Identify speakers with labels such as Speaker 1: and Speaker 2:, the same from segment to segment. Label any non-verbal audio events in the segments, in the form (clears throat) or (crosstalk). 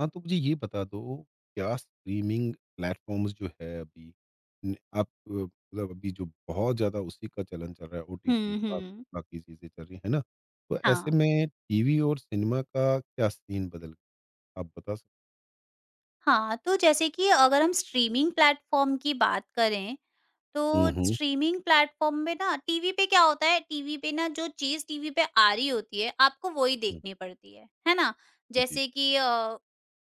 Speaker 1: हाँ, तो मुझे ये बता दो, क्या स्ट्रीमिंग प्लेटफ़ॉर्म्स जो है अभी न आप मतलब अभी जो बहुत ज़्यादा उसी का चलन चल रहा है, ओटीटीज़
Speaker 2: हुँ,
Speaker 1: बा
Speaker 2: हुँ।
Speaker 1: बाकी चीज़ें चल रही हैं, है ना? तो ऐसे
Speaker 2: हाँ,
Speaker 1: में टीवी और सिनेमा का क्या सीन बदल गया? आप बता सक
Speaker 2: हाँ, तो जैसे कि अगर हम स्ट्रीमिंग प्लेटफ़ॉर्म की बात करें,
Speaker 1: हुँ,
Speaker 2: तो
Speaker 1: हुँ,
Speaker 2: स्ट्रीमिंग प्लेटफ़ॉर्म में ना टीवी पे क्या होता है, टीवी पे ना जो चीज़ टीवी पे आ रही होती है, आपको वही
Speaker 1: हुँ।
Speaker 2: देखनी पड़ती है ना?
Speaker 1: जी।
Speaker 2: जैसे कि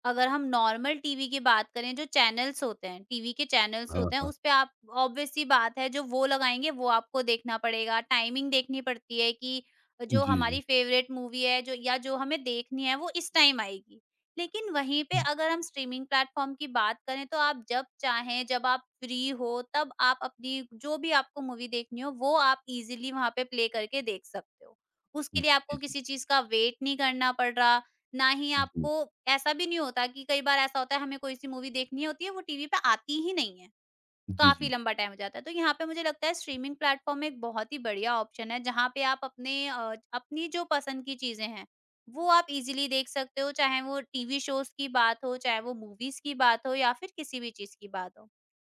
Speaker 2: अगर हम नॉर्मल टीवी की बात करें, जो चैनल्स होते हैं, टीवी के चैनल्स
Speaker 1: हाँ,
Speaker 2: होते हैं,
Speaker 1: हाँ।
Speaker 2: उस पे आप ऑब्वियस सी बात है, जो वो लगाएँगे, वो आपको देखना पड़ेगा। टाइमिंग देखनी पड़ती है कि जो
Speaker 1: जी, जी।
Speaker 2: हमारी फ़ेवरेट मूवी है, जो या जो हमें देखनी है, वो इस टाइम आएगी। लेकिन वहीं पे
Speaker 1: हुँ,
Speaker 2: अगर हम स्ट्रीमिंग प्लेटफ़ॉर्म की बात करें तो आप जब चाहें, जब आप फ्री हो तब आप अपनी जो भी आपको मूवी देखनी हो वो आप इज़िली वहाँ पे प्ले करके देख सकते हो।
Speaker 1: हुँ।
Speaker 2: उसके लिए
Speaker 1: जी,
Speaker 2: आपको
Speaker 1: जी।
Speaker 2: किसी चीज़ का वेट नहीं करना पड़ रहा, ना ही
Speaker 1: जी।
Speaker 2: आपको ऐसा भी नहीं होता कि कई बार ऐसा होता है हमें कोई-सी मूवी देखनी होती है वो टीवी पे आती ही नहीं है।
Speaker 1: जी,
Speaker 2: काफ़ी
Speaker 1: जी।
Speaker 2: लंबा टाइम हो जाता है। तो यहाँ पे मुझे लगता है स्ट्रीमिंग प्लेटफ़ॉर्म एक बहुत ही बढ़िया ऑप्शन है, जहाँ पे आप अपने अपनी जो पसंद की चीज़ें हैं, वो आप इज़िली देख सकते हो, चाहे वो टीवी शोज़ की बात हो, चाहे वो मूवीज़ की बात हो या फिर किसी भी चीज़ की बात हो।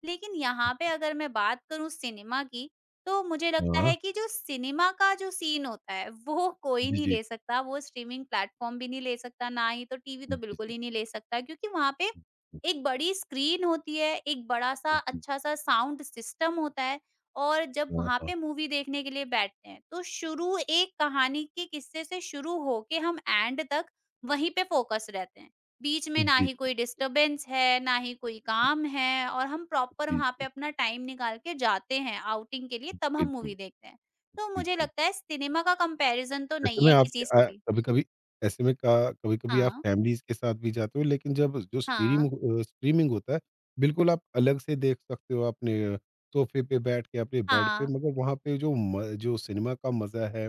Speaker 2: लेकिन यहाँ पे अगर मैं बात करूँ सिनेमा की, तो मुझे लगता
Speaker 1: हाँ।
Speaker 2: है कि जो सिनेमा का जो सीन होता है, वो कोई
Speaker 1: जी,
Speaker 2: नहीं
Speaker 1: जी।
Speaker 2: ले सकता, वो स्ट्रीमिंग प्लेटफ़ॉर्म भी नहीं ले सकता, ना ही तो टीवी तो
Speaker 1: जी,
Speaker 2: बिल्कुल
Speaker 1: जी।
Speaker 2: ही नहीं ले सकता क्योंकि वहाँ पे
Speaker 1: हुँ, हुँ।
Speaker 2: एक बड़ी स्क्रीन होती है, एक बड़ा-सा
Speaker 1: जी,
Speaker 2: अच्छा-सा साउंड सिस्टम होता है और जब
Speaker 1: हाँ,
Speaker 2: वहाँ
Speaker 1: हाँ।
Speaker 2: पे मूवी देखने के लिए बैठते हैं, तो शुरू एक कहानी के किस्से से शुरू होके हम एंड तक वहीं पे फ़ोकस रहते हैं। बीच में ना
Speaker 1: जी,
Speaker 2: ही कोई डिस्टर्बेंस है, ना ही कोई काम है और हम प्रॉपर
Speaker 1: जी,
Speaker 2: वहाँ पे
Speaker 1: जी।
Speaker 2: अपना टाइम निकाल के जाते हैं आउटिंग के लिए तब हम
Speaker 1: बिल्कुल,
Speaker 2: मूवी देखते हैं। तो मुझे
Speaker 1: बिल्कुल।
Speaker 2: लगता है सिनेमा का कंपैरिज़न तो
Speaker 1: ऐसे
Speaker 2: नहीं
Speaker 1: में
Speaker 2: है
Speaker 1: आप
Speaker 2: किसी से भी।
Speaker 1: कभी-कभी ऐसे में का कभी-कभी आप
Speaker 2: हाँ,
Speaker 1: फैमिलीज़ के साथ भी जाते हो लेकिन जब जो स्ट्रीम
Speaker 2: हाँ,
Speaker 1: स्ट्रीमिंग होता है, बिल्कुल आप अलग से देख सकते हो अपने सोफ़े पे बैठ के, अपने बेड पे
Speaker 2: हाँ,
Speaker 1: मगर वहाँ पे जो म जो सिनेमा का मज़ा है,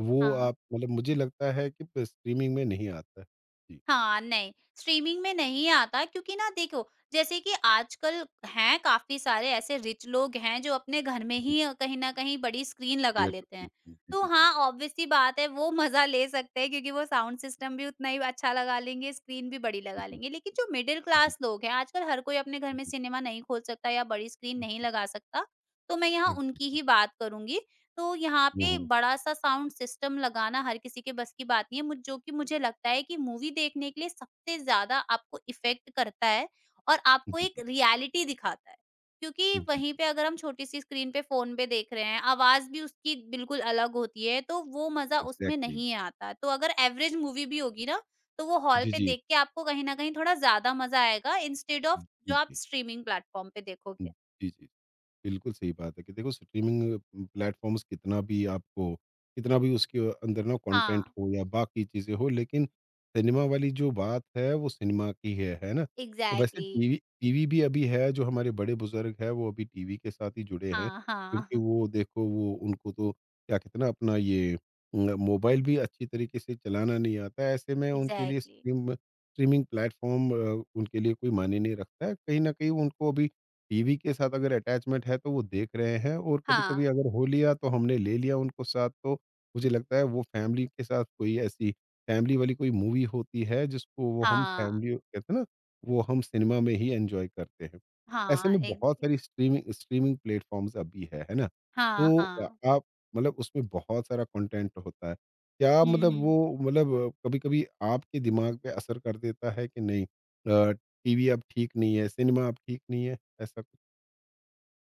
Speaker 1: वो
Speaker 2: हाँ।
Speaker 1: आप मतलब मुझे लगता है कि प स्ट्रीमिंग में नहीं आता है। जी,
Speaker 2: हाँ, नहीं, स्ट्रीमिंग में नहीं आता क्योंकि ना देखो, जैसे कि आजकल हैं काफ़ी सारे ऐसे रिच लोग हैं जो अपने घर में
Speaker 1: जी,
Speaker 2: ही कहीं न कहीं बड़ी स्क्रीन लगा
Speaker 1: थिएटर
Speaker 2: लेते
Speaker 1: में।
Speaker 2: हैं।
Speaker 1: जी,
Speaker 2: तो
Speaker 1: जी, जी।
Speaker 2: हाँ, ऑब्वियस सी बात है वो मज़ा ले सकते हैं क्योंकि वो साउंड सिस्टम भी उतना ही अच्छा लगा लेंगे, स्क्रीन भी बड़ी
Speaker 1: जी,
Speaker 2: लगा
Speaker 1: जी।
Speaker 2: लेंगे। लेकिन जो मिडल
Speaker 1: जी,
Speaker 2: क्लास लोग हैं, आजकल हर कोई अपने घर में
Speaker 1: जी,
Speaker 2: सिनेमा नहीं खोल सकता या बड़ी स्क्रीन नहीं
Speaker 1: जी।
Speaker 2: लगा सकता, तो मैं यहाँ उनकी
Speaker 1: एग्ज़ैक्ट
Speaker 2: ही बात करूँगी। तो यहाँ
Speaker 1: हुँ,
Speaker 2: पे
Speaker 1: हुँ।
Speaker 2: बड़ा-सा साउंड सिस्टम लगाना हर किसी के बस की बात नहीं है, मुझ जो कि मुझे लगता है कि मूवी देखने के लिए सबसे ज़्यादा आपको इफ़ेक्ट करता है और
Speaker 1: जी,
Speaker 2: आपको एक
Speaker 1: जी।
Speaker 2: रियलिटी दिखाता है। क्योंकि
Speaker 1: जी, जी।
Speaker 2: वहीं पे अगर हम छोटी-सी स्क्रीन पे फ़ोन पे देख रहे हैं, आवाज़ भी उसकी बिल्कुल अलग होती है, तो वो मज़ा उसमें
Speaker 1: एग्ज़ैक्टली।
Speaker 2: नहीं आता। तो अगर एवरेज मूवी भी होगी ना, तो वो हॉल
Speaker 1: जी,
Speaker 2: पे
Speaker 1: जी।
Speaker 2: देख के आपको कहीं न कहीं थोड़ा ज़्यादा मज़ा आएगा इंस्टेड ऑफ
Speaker 1: जी,
Speaker 2: जो आप
Speaker 1: जी।
Speaker 2: स्ट्रीमिंग प्लेटफ़ॉर्म पे देखोगे।
Speaker 1: जी, जी। बिल्कुल सही बात है कि देखो स्ट्रीमिंग प्लेटफॉर्म्स कितना भी आपको कितना भी उसके अंदर ना
Speaker 2: हाँ,
Speaker 1: कंटेंट हो या बाकी चीज़ें हो लेकिन सिनेमा वाली जो बात है वो सिनेमा की है ना? वैसे
Speaker 2: एग्ज़ैक्टली।
Speaker 1: टीवी टीवी भी अभी है जो हमारे बड़े बुज़ुर्ग हैं वो अभी टीवी के साथ ही जुड़े हैं
Speaker 2: हाँ,
Speaker 1: क्योंकि
Speaker 2: हाँ।
Speaker 1: वो देखो वो उनको तो क्या कहते हैं ना अपना ये मोबाइल भी अच्छी तरीके से चलाना नहीं आता है। ऐसे में उनके लिए
Speaker 2: एग्ज़ैक्टली।
Speaker 1: स्ट्रीमिंग प्लेटफॉर्म उनके लिए कोई मायने नहीं रखता है। कहीं न कहीं उनको अभी टीवी के साथ अगर अटैचमेंट है तो वो देख रहे हैं और
Speaker 2: हाँ,
Speaker 1: कभी-कभी अगर हो लिया तो हमने ले लिया उनको साथ तो मुझे लगता है वो फैमिली के साथ कोई ऐसी फैमिली वाली कोई मूवी होती है जिसको वो हम
Speaker 2: हाँ,
Speaker 1: फैमिली कहते हैं ना वो हम सिनेमा में ही एंजॉय करते हैं।
Speaker 2: हाँ,
Speaker 1: ऐसे में
Speaker 2: एक।
Speaker 1: बहुत सारी स्ट्रीमिंग स्ट्रीमिंग प्लेटफ़ॉर्म्स अभी है ना?
Speaker 2: हाँ,
Speaker 1: तो
Speaker 2: हाँ।
Speaker 1: आप मतलब उसमें बहुत सारा कंटेंट होता है। क्या
Speaker 2: हुँ,
Speaker 1: मतलब वो
Speaker 2: हुँ।
Speaker 1: मतलब कभी-कभी आपके दिमाग पे असर कर देता है कि नहीं टीवी अब ठीक नहीं है, सिनेमा अब ठीक नहीं है? ऐसा कुछ?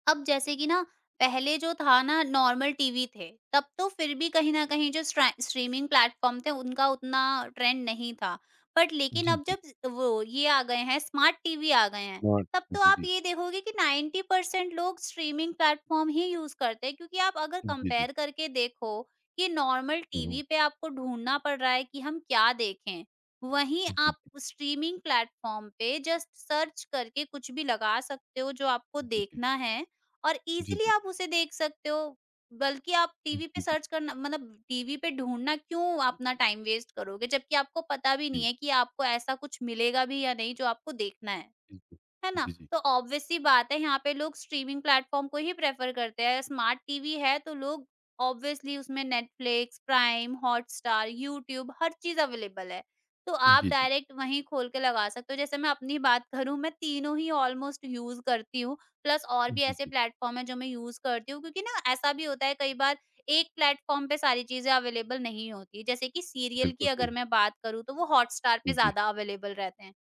Speaker 2: अब जैसे कि ना पहले जो था ना नॉर्मल टीवी थे, तब तो फिर भी कहीं न कहीं जो स्ट्रा स्ट्रीमिंग प्लेटफ़ॉर्म थे उनका उतना ट्रेंड नहीं था। बट लेकिन
Speaker 1: जी,
Speaker 2: अब
Speaker 1: जी।
Speaker 2: जब वो ये आ गए हैं स्मार्ट टीवी आ गए हैं,
Speaker 1: नॉट
Speaker 2: तब तो
Speaker 1: जी,
Speaker 2: आप
Speaker 1: जी।
Speaker 2: ये देखोगे कि 90% लोग स्ट्रीमिंग प्लेटफ़ॉर्म ही यूज़ करते हैं क्योंकि आप अगर
Speaker 1: जी, जी।
Speaker 2: कंपेयर करके देखो, कि नॉर्मल
Speaker 1: हुँ, हुँ।
Speaker 2: टीवी पे आपको ढूँढना पड़ रहा है कि हम क्या देखें? वहीं
Speaker 1: जी, जी।
Speaker 2: आप स्ट्रीमिंग प्लेटफ़ॉर्म पे जस्ट सर्च करके कुछ भी लगा सकते हो जो आपको
Speaker 1: जी, जी।
Speaker 2: देखना है और
Speaker 1: जी,
Speaker 2: इज़िली
Speaker 1: जी।
Speaker 2: आप उसे देख सकते हो, बल्कि आप टीवी पे
Speaker 1: जी, जी।
Speaker 2: सर्च करना मतलब टीवी पे ढूँढना क्यों अपना टाइम वेस्ट करोगे? जबकि आपको पता भी नहीं है कि आपको ऐसा कुछ मिलेगा भी या नहीं जो आपको देखना है।
Speaker 1: जी, जी,
Speaker 2: है ना?
Speaker 1: जी। जी, जी।
Speaker 2: तो ऑब्वियस सी बात है यहाँ पे लोग स्ट्रीमिंग प्लेटफ़ॉर्म को ही प्रेफ़र करते हैं। स्मार्ट टीवी है तो लोग ऑब्वियसली उसमें नेटफ्लिक्स, प्राइम, हॉटस्टार, यूट्यूब हर चीज़ अवेलेबल है। तो आप
Speaker 1: जी, जी।
Speaker 2: डायरेक्ट वहीं खोल के लगा सकते हो। जैसे मैं अपनी बात करूँ मैं तीनों ही ऑलमोस्ट यूज़ करती हूँ, प्लस और भी
Speaker 1: जी,
Speaker 2: ऐसे
Speaker 1: जी।
Speaker 2: प्लेटफ़ॉर्म हैं जो मैं यूज़ करती हूँ क्योंकि ना ऐसा भी होता है कई बार एक प्लेटफ़ॉर्म पे सारी चीज़ें अवेलेबल नहीं होती। जैसे कि सीरियल की
Speaker 1: बिल्कुल सही।
Speaker 2: अगर मैं बात करूँ तो वो हॉटस्टार पे
Speaker 1: जी, जी।
Speaker 2: ज़्यादा अवेलेबल रहते हैं।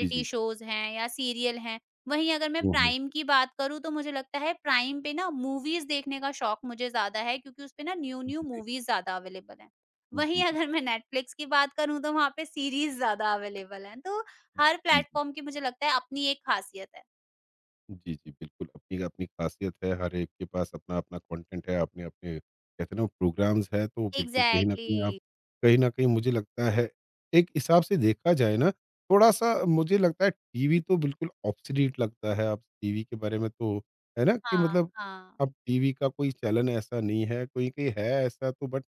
Speaker 1: जी, जी।
Speaker 2: शोज़ हैं या सीरियल हैं। वहीं अगर मैं
Speaker 1: हुँ, हुँ।
Speaker 2: प्राइम की बात करूँ तो मुझे लगता है प्राइम पे ना मूवीज़ देखने का शौक मुझे ज़्यादा है क्योंकि उसपे ना
Speaker 1: जी,
Speaker 2: न्यू-न्यू
Speaker 1: जी।
Speaker 2: मूवीज़ ज़्यादा अवेलेबल हैं।
Speaker 1: जी,
Speaker 2: वहीं
Speaker 1: जी।
Speaker 2: अगर मैं नेटफ्लिक्स की बात करूँ तो वहाँ पे सीरीज़ ज़्यादा अवेलेबल हैं। तो हर
Speaker 1: जी, जी।
Speaker 2: प्लेटफ़ॉर्म की मुझे लगता है अपनी एक ख़ासियत है।
Speaker 1: जी, जी, बिल्कुल, अपनी-अपनी ख़ासियत है, हर एक के पास अपना-अपना कंटेंट है, अपने-अपने कहते हैं ना प्रोग्राम्स हैं, तो बिल्कुल कहीं न
Speaker 2: एग्ज़ैक्टली।
Speaker 1: कहीं आप कहीं न कहीं मुझे लगता है, एक हिसाब से देखा जाए ना, थोड़ा-सा मुझे लगता है टीवी तो बिल्कुल ऑब्सोलीट लगता है, अब टीवी के बारे में तो है ना कि
Speaker 2: हाँ,
Speaker 1: मतलब
Speaker 2: हाँ।
Speaker 1: अब टीवी का कोई चलन ऐसा नहीं है, कोई-कोई है ऐसा तो बट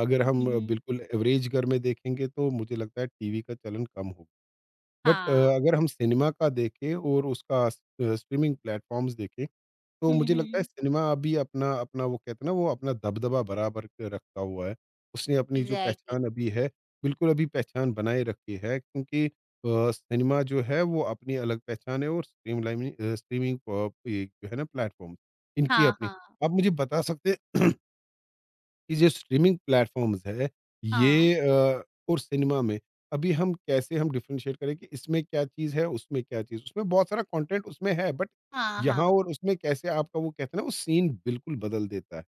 Speaker 1: अगर हम
Speaker 2: हुँ, हुँ।
Speaker 1: बिल्कुल एवरेज घर में देखेंगे, तो मुझे लगता है टीवी का चलन कम हो बट
Speaker 2: हाँ।
Speaker 1: अगर हम सिनेमा का देखें और उसका स स्ट्रीमिंग प्लेटफ़ॉर्म्स देखें, तो
Speaker 2: हुँ,
Speaker 1: मुझे लगता है
Speaker 2: हुँ।
Speaker 1: सिनेमा अभी अपना अपना वो कहते हैं ना, वो अपना दबदबा बराबर क रखा हुआ है। उसने अपनी जो
Speaker 2: एग्ज़ैक्टली।
Speaker 1: पहचान अभी है, बिल्कुल अभी पहचान बनाए रखी है क्योंकि सिनेमा जो है वो अपनी अलग पहचान है और स्ट्रीम लाइमिंग स्ट्रीमिंग प ये जो है ना प्लेटफ़ॉर्म, इनकी
Speaker 2: हाँ,
Speaker 1: अपनी।
Speaker 2: हाँ।
Speaker 1: आप मुझे बता सकते हैं (clears throat) ये जो स्ट्रीमिंग प्लेटफ़ॉर्म्स है,
Speaker 2: हाँ।
Speaker 1: ये अ, और सिनेमा में, अभी हम कैसे हम डिफरेंशिएट करें कि इसमें क्या चीज़ है, उसमें क्या चीज़ उसमें बहुत सारा कंटेंट उसमें है बट
Speaker 2: हाँ,
Speaker 1: यहाँ
Speaker 2: हाँ।
Speaker 1: और उसमें कैसे आपका वो कहते हैं ना वो सीन बिल्कुल बदल देता है।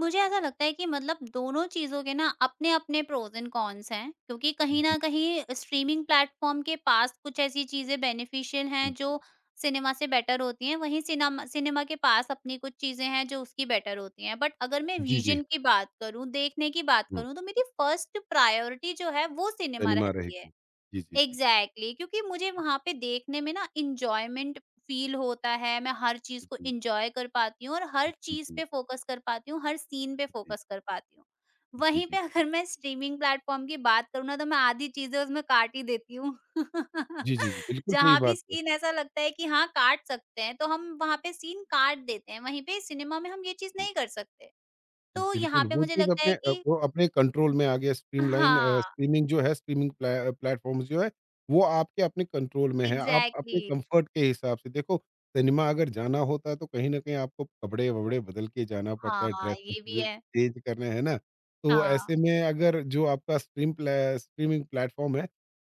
Speaker 2: मुझे ऐसा लगता है कि मतलब दोनों चीज़ों के ना अपने-अपने प्रोज़ एंड कॉन्स हैं, क्योंकि कहीं
Speaker 1: जी,
Speaker 2: न कहीं स्ट्रीमिंग प्लेटफ़ॉर्म के पास कुछ ऐसी चीज़ें बेनिफिशियल हैं
Speaker 1: जी,
Speaker 2: जो सिनेमा से बेटर होती हैं, वहीं सिनम सिनेमा के पास अपनी कुछ चीज़ें हैं जो उसकी बेटर होती हैं। बट अगर मैं
Speaker 1: जी, जी,
Speaker 2: विज़न की बात करूँ, देखने की बात
Speaker 1: हुँ,
Speaker 2: करूँ, तो मेरी फर्स्ट प्रायोरिटी जो है वो सिनेमा
Speaker 1: सिनेमा
Speaker 2: रहती है।
Speaker 1: रहेगी। जी, जी, जी,
Speaker 2: एग्जैक्टली exactly, क्योंकि मुझे वहां पे देखने में ना इंजॉयमेंट फील होता है। मैं हर चीज
Speaker 1: जी,
Speaker 2: को
Speaker 1: जी,
Speaker 2: इंजॉय कर पाती हूँ और हर
Speaker 1: जी,
Speaker 2: चीज
Speaker 1: जी,
Speaker 2: पे फोकस कर पाती हूँ, हर सीन पे
Speaker 1: जी,
Speaker 2: फोकस कर पाती हूँ। वहीं पे
Speaker 1: जी,
Speaker 2: अगर मैं स्ट्रीमिंग प्लेटफॉर्म की बात करूँ ना तो मैं आधी चीजें उसमें काट ही देती हूँ। (laughs)
Speaker 1: जी, जी, जी, बिल्कुल सही
Speaker 2: जहां भी
Speaker 1: बात है। जी।
Speaker 2: सीन ऐसा लगता है कि हाँ काट सकते हैं तो हम वहां पे सीन काट देते हैं, वहीं पे सिनेमा में हम ये चीज नहीं कर सकते। तो यहाँ
Speaker 1: बिल्कुल,
Speaker 2: पे
Speaker 1: वो
Speaker 2: मुझे
Speaker 1: चीज़
Speaker 2: लगता
Speaker 1: अपने
Speaker 2: है कि
Speaker 1: वो अपने कंट्रोल में आ गया स्ट्रीमलाइन
Speaker 2: हाँ
Speaker 1: स्ट्रीमिंग जो है स्ट्रीमिंग प्ला प्लेटफ़ॉर्म्स जो है, वो आपके अपने कंट्रोल में है, आप
Speaker 2: एग्जैक्टली
Speaker 1: अपने
Speaker 2: exactly,
Speaker 1: कम्फ़र्ट के हिसाब से देखो, सिनेमा अगर जाना होता है तो कहीं न कहीं आपको कपड़े-वपड़े बदल के जाना पड़ता है,
Speaker 2: हाँ
Speaker 1: ड्रेस
Speaker 2: ये भी
Speaker 1: ज
Speaker 2: है।
Speaker 1: चेंज करने है ना? तो
Speaker 2: हाँ।
Speaker 1: ऐसे में अगर जो आपका स्ट्रीमिंग प्लेटफ़ॉर्म है,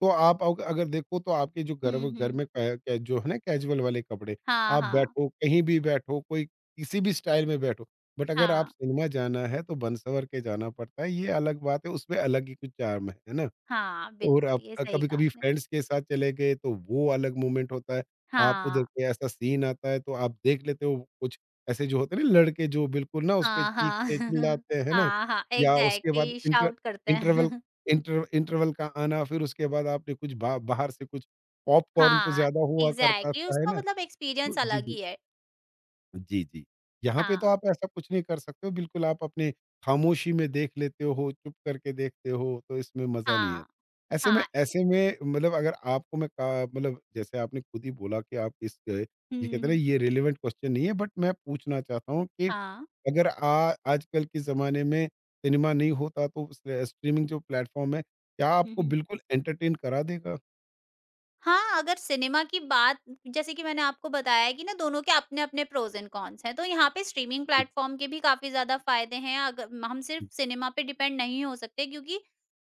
Speaker 1: तो आप अग अगर देखो तो आपके जो घर
Speaker 2: हुँ,
Speaker 1: व घर
Speaker 2: हुँ।
Speaker 1: में कै कै जो है ना कैजुअल वाले कपड़े,
Speaker 2: हाँ,
Speaker 1: आप
Speaker 2: हाँ।
Speaker 1: बैठो, कहीं भी बैठो, कोई किसी भी स्टाइल में बैठो। बट अगर आप
Speaker 2: हाँ,
Speaker 1: सिनेमा जाना है तो बन-सवर के जाना पड़ता है, ये अलग बात है, उसमें अलग ही कुछ चार्म है ना?
Speaker 2: हाँ,
Speaker 1: और आप
Speaker 2: बिल्कुल, ये सही कहा
Speaker 1: कभी-कभी
Speaker 2: आपने।
Speaker 1: फ्रेंड्स के साथ चले गए तो वो अलग मोमेंट होता है, आप उधर
Speaker 2: हाँ,
Speaker 1: कोई ऐसा सीन आता है तो आप देख लेते हो कुछ ऐसे जो होते हैं ना लड़के जो बिल्कुल ना उस पे
Speaker 2: हाँ, हाँ।
Speaker 1: चीखते,
Speaker 2: (laughs)
Speaker 1: चिल्लाते हैं, है ना?
Speaker 2: हाँ, हाँ,
Speaker 1: या उसके बाद
Speaker 2: एग्ज़ैक्टली शाउट करते
Speaker 1: इंटरवल
Speaker 2: हैं। (laughs)
Speaker 1: इंटरवल का आना फिर उसके बाद आपने कुछ बा बाहर से कुछ पॉपकॉर्न तो
Speaker 2: हाँ,
Speaker 1: ज़्यादा हुआ करता
Speaker 2: एग्ज़ैक्टली
Speaker 1: था, है
Speaker 2: उसका
Speaker 1: ना?
Speaker 2: मतलब
Speaker 1: तो
Speaker 2: एक्सपीरियंस
Speaker 1: जी,
Speaker 2: अलग
Speaker 1: जी।
Speaker 2: ही है।
Speaker 1: जी, जी। यहाँ पे तो
Speaker 2: हाँ,
Speaker 1: आप ऐसा कुछ नहीं कर सकते हो, बिल्कुल आप अपने खामोशी में देख लेते हो, चुप करके देखते हो, तो इसमें मज़ा नहीं है।
Speaker 2: हाँ, हाँ।
Speaker 1: ऐसे में मतलब अगर आपको मैं का मतलब जैसे आपने खुद ही बोला कि आप इस ये
Speaker 2: हुँ,
Speaker 1: कहते हैं ना
Speaker 2: हुँ।
Speaker 1: ये रिलेवेंट क्वेश्चन नहीं है, बट मैं पूछना चाहता हूँ कि
Speaker 2: हाँ।
Speaker 1: अगर आ आजकल के ज़माने में सिनेमा नहीं होता तो उस स्ट्रीमिंग जो प्लेटफ़ॉर्म है, क्या
Speaker 2: हुँ,
Speaker 1: आपको
Speaker 2: हुँ।
Speaker 1: बिल्कुल एंटरटेन करा देगा?
Speaker 2: हाँ, अगर सिनेमा की बात जैसे कि मैंने आपको बताया है कि ना दोनों के अपने-अपने प्रोज़ एंड कॉन्स हैं, तो यहाँ पे स्ट्रीमिंग
Speaker 1: जी,
Speaker 2: प्लेटफ़ॉर्म के भी काफ़ी ज़्यादा फ़ायदे हैं, अग हम सिर्फ़
Speaker 1: जी,
Speaker 2: सिनेमा पे डिपेंड नहीं हो सकते क्योंकि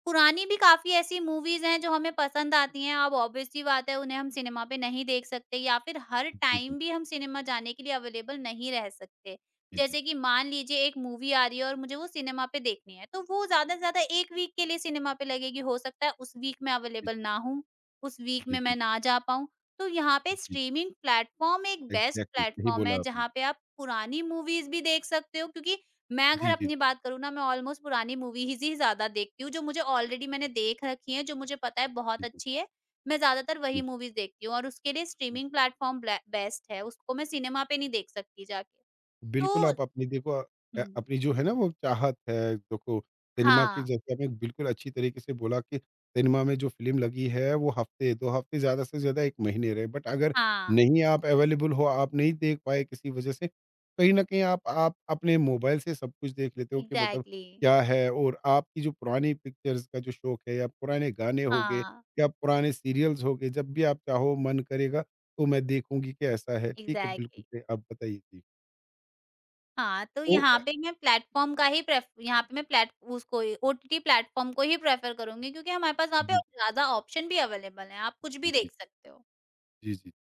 Speaker 2: पुरानी भी काफ़ी ऐसी मूवीज़ हैं जो हमें पसंद आती हैं, अब ऑब्वियस सी बात है उन्हें हम सिनेमा पे नहीं देख सकते या फिर हर
Speaker 1: जी, जी, जी,
Speaker 2: टाइम भी हम सिनेमा जाने के लिए अवेलेबल नहीं रह सकते।
Speaker 1: जी, जी, जी,
Speaker 2: जैसे कि मान लीजिए एक मूवी आ रही है और मुझे वो सिनेमा पे देखनी है, तो वो ज़्यादा से ज़्यादा 1 वीक के लिए सिनेमा पे लगेगी, हो सकता है उस वीक मैं
Speaker 1: जी,
Speaker 2: अवेलेबल ना हूँ, उस वीक
Speaker 1: जी,
Speaker 2: में मैं
Speaker 1: जी,
Speaker 2: ना जा पाऊँ। तो यहाँ पे
Speaker 1: जी, जी,
Speaker 2: स्ट्रीमिंग प्लेटफ़ॉर्म एक बेस्ट
Speaker 1: एग्ज़ैक्टली सही
Speaker 2: प्लेटफ़ॉर्म
Speaker 1: बोला
Speaker 2: है,
Speaker 1: आपने।
Speaker 2: जहाँ पे आप पुरानी मूवीज़ भी देख सकते हो क्योंकि मैं
Speaker 1: জি,
Speaker 2: अगर
Speaker 1: জি,
Speaker 2: अपनी बात करूँ ना मैं ऑलमोस्ट पुरानी मूवीज़ ही ज़्यादा देखती हूँ, जो मुझे ऑलरेडी मैंने देख रखी है, जो मुझे पता है
Speaker 1: জি,
Speaker 2: बहुत
Speaker 1: জি,
Speaker 2: अच्छी है। मैं ज़्यादातर
Speaker 1: জি।
Speaker 2: वही मूवीज़ देखती हूँ और उसके लिए स्ट्रीमिंग प्लेटफ़ॉर्म ब्ले बेस्ट है, उसको मैं सिनेमा पे नहीं देख सकती जाके। तो
Speaker 1: बिल्कुल, आप अपनी देखो
Speaker 2: हुँ,
Speaker 1: अपनी जो है ना वो चाहत है, देखो सिनेमा की
Speaker 2: हाँ,
Speaker 1: जैसे आपने बिल्कुल अच्छी तरीके से बोला कि सिनेमा में जो फ़िल्म लगी है वो हफ़्ते, 2 हफ़्ते ज़्यादा से ज़्यादा 1 महीने रहे। बट अगर
Speaker 2: हाँ,
Speaker 1: नहीं आप अवेलेबल हो, आप नहीं देख पाए किसी वज़ह से, कहीं न कहीं आप अपने मोबाइल से सब कुछ देख लेते हो कि मतलब
Speaker 2: एग्ज़ैक्टली।
Speaker 1: क्या है और आपकी जो पुरानी पिक्चर्स का जो शौक है या पुराने गाने हो गए
Speaker 2: हाँ,
Speaker 1: या पुराने सीरियल्स हो गए, जब भी आप चाहो मन करेगा तो मैं देखूँगी कि ऐसा है। ठीक है, बिल्कुल
Speaker 2: एग्ज़ैक्टली।
Speaker 1: सही, आप बताइए? जी।
Speaker 2: हाँ, तो
Speaker 1: तो
Speaker 2: यहाँ पे मैं प्लेट उसको ही ओटीटी प्लेटफ़ॉर्म को ही प्रेफ़र करूँगी क्योंकि हमारे पास वहाँ पे
Speaker 1: जी,
Speaker 2: ज़्यादा ऑप्शन भी अवेलेबल हैं, आप कुछ
Speaker 1: जी,
Speaker 2: भी
Speaker 1: जी,
Speaker 2: देख सकते हो।
Speaker 1: जी, जी।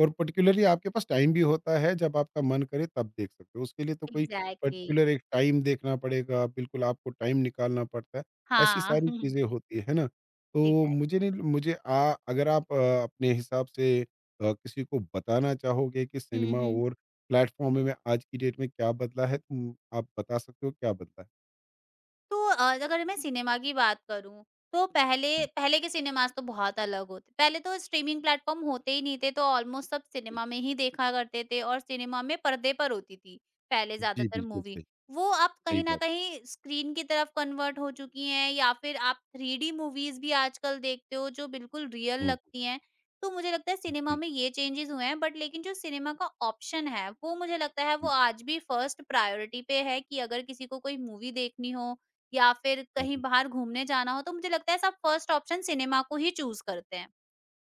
Speaker 1: और पर्टिकुलरली आपके पास टाइम भी होता है, जब आपका मन करे तब देख सकते हो। उसके लिए तो कोई
Speaker 2: एग्ज़ैक्टली।
Speaker 1: पर्टिकुलर एक टाइम देखना पड़ेगा, बिल्कुल आपको टाइम निकालना पड़ता है। ऐसी
Speaker 2: हाँ,
Speaker 1: सारी
Speaker 2: (laughs)
Speaker 1: चीज़ें होती हैं, है ना? तो
Speaker 2: एग्ज़ैक्टली।
Speaker 1: मुझे नहीं मुझे आ अगर आप अपने हिसाब से किसी को बताना चाहोगे कि
Speaker 2: हुँ,
Speaker 1: सिनेमा
Speaker 2: हुँ।
Speaker 1: और प्लेटफ़ॉर्म में आज की डेट में क्या बदला है? आप बता सकते हो क्या बदला है?
Speaker 2: तो अगर मैं सिनेमा की बात करूँ, तो पहले
Speaker 1: हुँ।
Speaker 2: पहले के सिनेमाज़ तो बहुत अलग होते, पहले तो स्ट्रीमिंग प्लेटफ़ॉर्म होते ही नहीं थे, तो ऑलमोस्ट सब
Speaker 1: जी,
Speaker 2: सिनेमा में ही देखा करते थे और सिनेमा में पर्दे पर होती थी, पहले
Speaker 1: जी,
Speaker 2: ज़्यादातर
Speaker 1: बिल्कुल
Speaker 2: मूवी।
Speaker 1: सही,
Speaker 2: वो अब
Speaker 1: सही
Speaker 2: कहीं न
Speaker 1: बात।
Speaker 2: कहीं स्क्रीन की तरफ कन्वर्ट हो चुकी हैं या फिर आप थ्री डी मूवीज़ भी आजकल देखते हो, जो बिल्कुल रियल
Speaker 1: हुँ,
Speaker 2: लगती हैं। तो मुझे लगता है सिनेमा
Speaker 1: जी,
Speaker 2: में ये चेंजेज़ हुए हैं, बट लेकिन जो सिनेमा का ऑप्शन है, वो मुझे लगता है वो
Speaker 1: जी।
Speaker 2: आज भी फर्स्ट प्रायोरिटी पे है कि अगर किसी को कोई मूवी देखनी हो या फिर
Speaker 1: हाँ,
Speaker 2: कहीं
Speaker 1: हाँ।
Speaker 2: बाहर घूमने जाना हो तो मुझे लगता है सब फर्स्ट ऑप्शन सिनेमा को ही चूज़ करते हैं,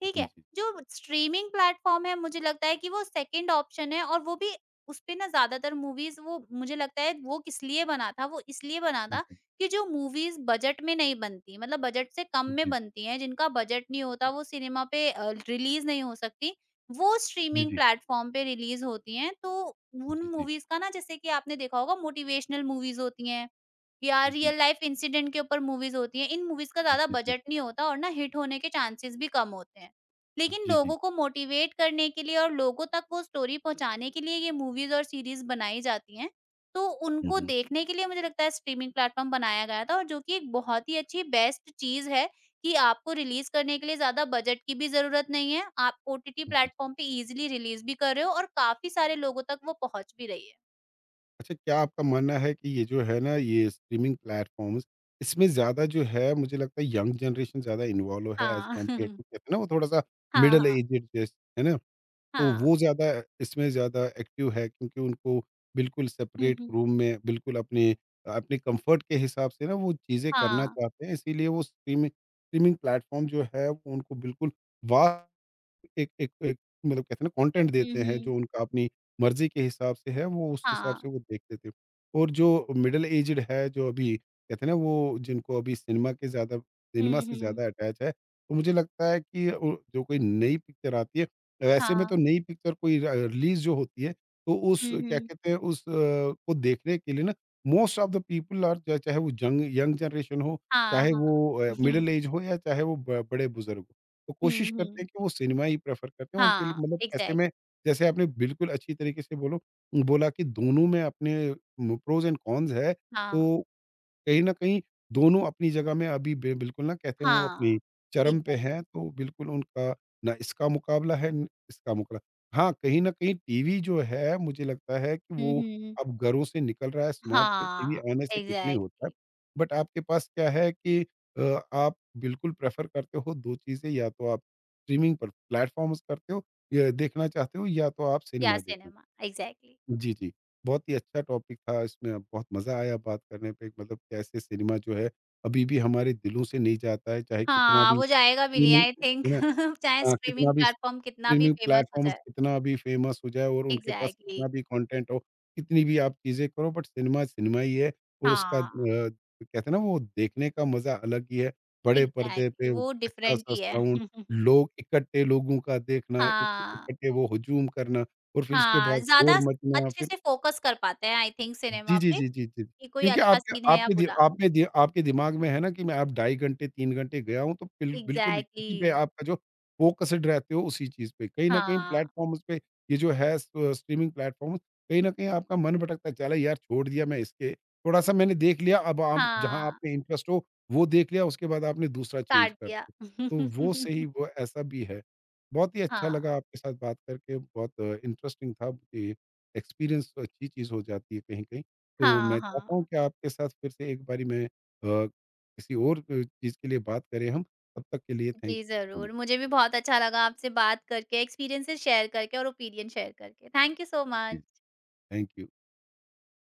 Speaker 2: ठीक
Speaker 1: जी,
Speaker 2: है?
Speaker 1: जी।
Speaker 2: जो स्ट्रीमिंग प्लेटफ़ॉर्म है मुझे लगता है कि वो सेकंड ऑप्शन है और वो भी उसपे ना ज़्यादातर मूवीज़ वो मुझे लगता है वो किस लिए बना था, वो इसलिए बना
Speaker 1: हुँ,
Speaker 2: था
Speaker 1: हुँ।
Speaker 2: कि जो मूवीज़ बजट में नहीं बनती मतलब बजट से कम
Speaker 1: जी,
Speaker 2: में
Speaker 1: जी।
Speaker 2: बनती हैं, जिनका बजट नहीं होता वो सिनेमा पे रिलीज़ नहीं हो सकती, वो
Speaker 1: जी,
Speaker 2: स्ट्रीमिंग
Speaker 1: जी।
Speaker 2: प्लेटफ़ॉर्म पे रिलीज़ होती हैं। तो उन
Speaker 1: जी, जी।
Speaker 2: मूवीज़ का ना जैसे कि आपने देखा होगा मोटिवेशनल मूवीज़ होती हैं या
Speaker 1: जी, जी।
Speaker 2: रियल लाइफ इंसिडेंट के ऊपर मूवीज होती हैं। इन मूवीज का ज़्यादा
Speaker 1: जी, जी।
Speaker 2: बजट नहीं होता और ना हिट होने के चांसेस भी कम होते हैं। लेकिन
Speaker 1: जी, जी।
Speaker 2: लोगों को मोटिवेट करने के लिए और लोगों तक वो स्टोरी पहुँचाने के लिए ये मूवीज और सीरीज बनाई जाती हैं। तो
Speaker 1: हुँ,
Speaker 2: उनको
Speaker 1: हुँ।
Speaker 2: देखने के लिए मुझे लगता है स्ट्रीमिंग प्लेटफ़ॉर्म बनाया गया था और जो कि एक बहुत ही अच्छी बेस्ट चीज़ है कि आपको रिलीज़ करने के लिए ज़्यादा बजट की भी ज़रूरत नहीं है। आप ओटीटी
Speaker 1: जी।
Speaker 2: प्लेटफ़ॉर्म पे ईज़िली रिलीज़ भी कर रहे हो और काफ़ी सारे लोगों तक वो पहुँच भी रही है।
Speaker 1: अच्छा क्या आपका मानना है कि ये जो है ना ये स्ट्रीमिंग प्लेटफ़ॉर्म्स इसमें ज़्यादा जो है मुझे लगता है यंग जनरेशन ज़्यादा इन्वॉल्व है एज़
Speaker 2: हाँ।
Speaker 1: कम्पेयर
Speaker 2: (laughs)
Speaker 1: टू कहते हैं ना वो थोड़ा-सा
Speaker 2: हाँ,
Speaker 1: मिडल
Speaker 2: हाँ।
Speaker 1: एजेड जैस है ना? तो
Speaker 2: हाँ।
Speaker 1: वो ज़्यादा इसमें ज़्यादा एक्टिव है क्योंकि उनको बिल्कुल
Speaker 2: हुँ,
Speaker 1: सेपरेट
Speaker 2: हुँ।
Speaker 1: रूम में बिल्कुल अपने अपने कम्फ़र्ट के हिसाब से ना वो चीज़ें करना
Speaker 2: हाँ।
Speaker 1: चाहते हैं इसीलिए वो स्ट्रीमिंग स्ट्रीमिंग प्लेटफ़ॉर्म जो है वो उनको बिल्कुल वा एक एक एक मतलब कहते हैं ना कंटेंट
Speaker 2: हुँ,
Speaker 1: देते हैं
Speaker 2: हुँ।
Speaker 1: जो उनका अपनी मर्ज़ी के हिसाब से है, वो उस हिसाब
Speaker 2: हाँ।
Speaker 1: से वो देखते थे। और जो मिडल एज्ड है, जो अभी कहते हैं ना वो जिनको अभी सिनेमा के ज़्यादा सिनेमा
Speaker 2: हुँ,
Speaker 1: से
Speaker 2: हुँ।
Speaker 1: ज़्यादा अटैच है, तो मुझे लगता है कि ओ जो कोई नई पिक्चर आती है, वैसे में तो
Speaker 2: हाँ।
Speaker 1: नई पिक्चर कोई र रिलीज़ जो होती है, तो उस
Speaker 2: हुँ,
Speaker 1: क्या
Speaker 2: हुँ।
Speaker 1: कहते हैं उस को देखने के लिए ना most of the people are च चाहे वो जंग यंग जनरेशन हो,
Speaker 2: हाँ,
Speaker 1: चाहे
Speaker 2: हाँ।
Speaker 1: वो
Speaker 2: (laughs)
Speaker 1: मिडल एज हो या चाहे वो ब बड़े बुज़ुर्ग हो। तो कोशिश
Speaker 2: हुँ,
Speaker 1: करते
Speaker 2: हुँ।
Speaker 1: हैं कि वो सिनेमा ही प्रेफ़र करते हैं उनके लिए
Speaker 2: हाँ,
Speaker 1: मतलब ऐसे में
Speaker 2: एग्ज़ैक्टली।
Speaker 1: जैसे आपने बिल्कुल अच्छी तरीके से बोलो बोला कि दोनों में अपने प्रोज़ एंड कॉन्स है,
Speaker 2: हाँ।
Speaker 1: तो कहीं न कहीं दोनों अपनी जगह में अभी बे बिल्कुल ना कहते हैं वो
Speaker 2: हाँ।
Speaker 1: अपनी चरम पे
Speaker 2: एग्ज़ैक्टली।
Speaker 1: हैं, तो बिल्कुल उनका ना इसका मुकाबला है, न इसका मुकाबला हाँ, कहीं न कहीं टीवी जो है मुझे लगता है कि
Speaker 2: हुँ,
Speaker 1: वो
Speaker 2: हुँ।
Speaker 1: अब घरों से निकल रहा है, स्मार्ट टीवी
Speaker 2: हाँ,
Speaker 1: आने से कुछ नहीं होता है।
Speaker 2: एग्ज़ैक्टली।
Speaker 1: बट आपके पास क्या है कि आप बिल्कुल प्रेफ़र करते हो 2 चीज़ें या तो आप स्ट्रीमिंग पर प्लेटफ़ॉर्म्स करते हो, या देखना चाहते हो या तो आप
Speaker 2: या
Speaker 1: सिनेमा देखना
Speaker 2: सिनेमा एग्ज़ैक्टली।
Speaker 1: जी, जी। बहुत ही अच्छा टॉपिक था इसमें अब बहुत मज़ा आया बात करने पे मतलब कैसे सिनेमा जो है अभी भी हमारे दिलों से नहीं जाता है चाहे कितना
Speaker 2: हाँ,
Speaker 1: भी
Speaker 2: वो जाएगा भी नहीं
Speaker 1: स्ट्रीमिंग
Speaker 2: आई थिंक।
Speaker 1: है ना?
Speaker 2: (laughs) चाहे स्ट्रीमिंग
Speaker 1: कितना भी
Speaker 2: प्लेटफ़ॉर्म कितना भी
Speaker 1: स्ट्रीमिंग
Speaker 2: फ़ेमस हो
Speaker 1: प्लेटफ़ॉर्म्स
Speaker 2: जाए।
Speaker 1: कितना भी फ़ेमस हो जाए और उनके पास
Speaker 2: एग्ज़ैक्टली।
Speaker 1: कितना भी कंटेंट हो, कितनी भी आप चीज़ें करो बट सिनेमा सिनेमा ही है और उसका
Speaker 2: हाँ,
Speaker 1: कहते हैं ना वो देखने का मज़ा अलग ही है। बड़े पर्दे पे
Speaker 2: एग्ज़ैक्टली वो डिफ़रेंट
Speaker 1: अच्छा-सा
Speaker 2: ही है।
Speaker 1: साउंड,
Speaker 2: (laughs)
Speaker 1: लोग इकट्ठे लोगों का देखना,
Speaker 2: हाँ।
Speaker 1: इकट्ठे वो हुजूम करना और फिर उसके
Speaker 2: हाँ,
Speaker 1: बाद
Speaker 2: ज़्यादा
Speaker 1: शोर मचना
Speaker 2: अच्छे
Speaker 1: फिर
Speaker 2: से फ़ोकस कर पाते हैं आई थिंक
Speaker 1: जी,
Speaker 2: सिनेमा
Speaker 1: जी,
Speaker 2: पे।
Speaker 1: जी, जी, जी।
Speaker 2: कि कोई
Speaker 1: क्योंकि
Speaker 2: अच्छा
Speaker 1: आपके
Speaker 2: सीन है या
Speaker 1: आपके दि
Speaker 2: बुरा।
Speaker 1: आपके दि आपके दिमाग में है ना कि मैं अब ढाई घंटे, 3 घंटे गया हूँ तो बिल्कुल
Speaker 2: एग्ज़ैक्टली।
Speaker 1: इसी पे आपका जो फ़ोकस्ड रहते हो उसी चीज़ पे। कहीं न कहीं
Speaker 2: हाँ,
Speaker 1: प्लेटफ़ॉर्म्स पे ये जो है स स्ट्रीमिंग प्लेटफ़ॉर्म कहीं न कहीं आपका मन भटकता है, चलो यार छोड़ दिया मैं इसके थोड़ा-सा मैंने देख लिया अब आप जहाँ आप
Speaker 2: हाँ,
Speaker 1: में इंटरेस्ट हो वो देख लिया उसके बाद आपने दूसरा चेंज
Speaker 2: काट
Speaker 1: कर
Speaker 2: दिया।
Speaker 1: दिया। तो वो सही
Speaker 2: (laughs)
Speaker 1: वो ऐसा भी है। बहुत ही अच्छा
Speaker 2: हाँ,
Speaker 1: लगा आपके साथ बात करके बहुत इंटरेस्टिंग था ये एक्सपीरियंस अच्छी चीज़ हो जाती है कहीं-कहीं। तो
Speaker 2: हाँ,
Speaker 1: मैं चाहता हूँ
Speaker 2: हाँ।
Speaker 1: कि आपके साथ फिर से एक बारी मैं किसी और चीज़ के लिए बात करें हम। तब तक के लिए थैंक
Speaker 2: जी,
Speaker 1: यू सो मच।
Speaker 2: ज़रूर। मुझे भी बहुत अच्छा लगा आपसे बात करके, एक्सपीरियंसेस शेयर करके और ओपिनियन शेयर करके। थैंक यू सो
Speaker 1: जी,
Speaker 2: मच।
Speaker 1: Thank you.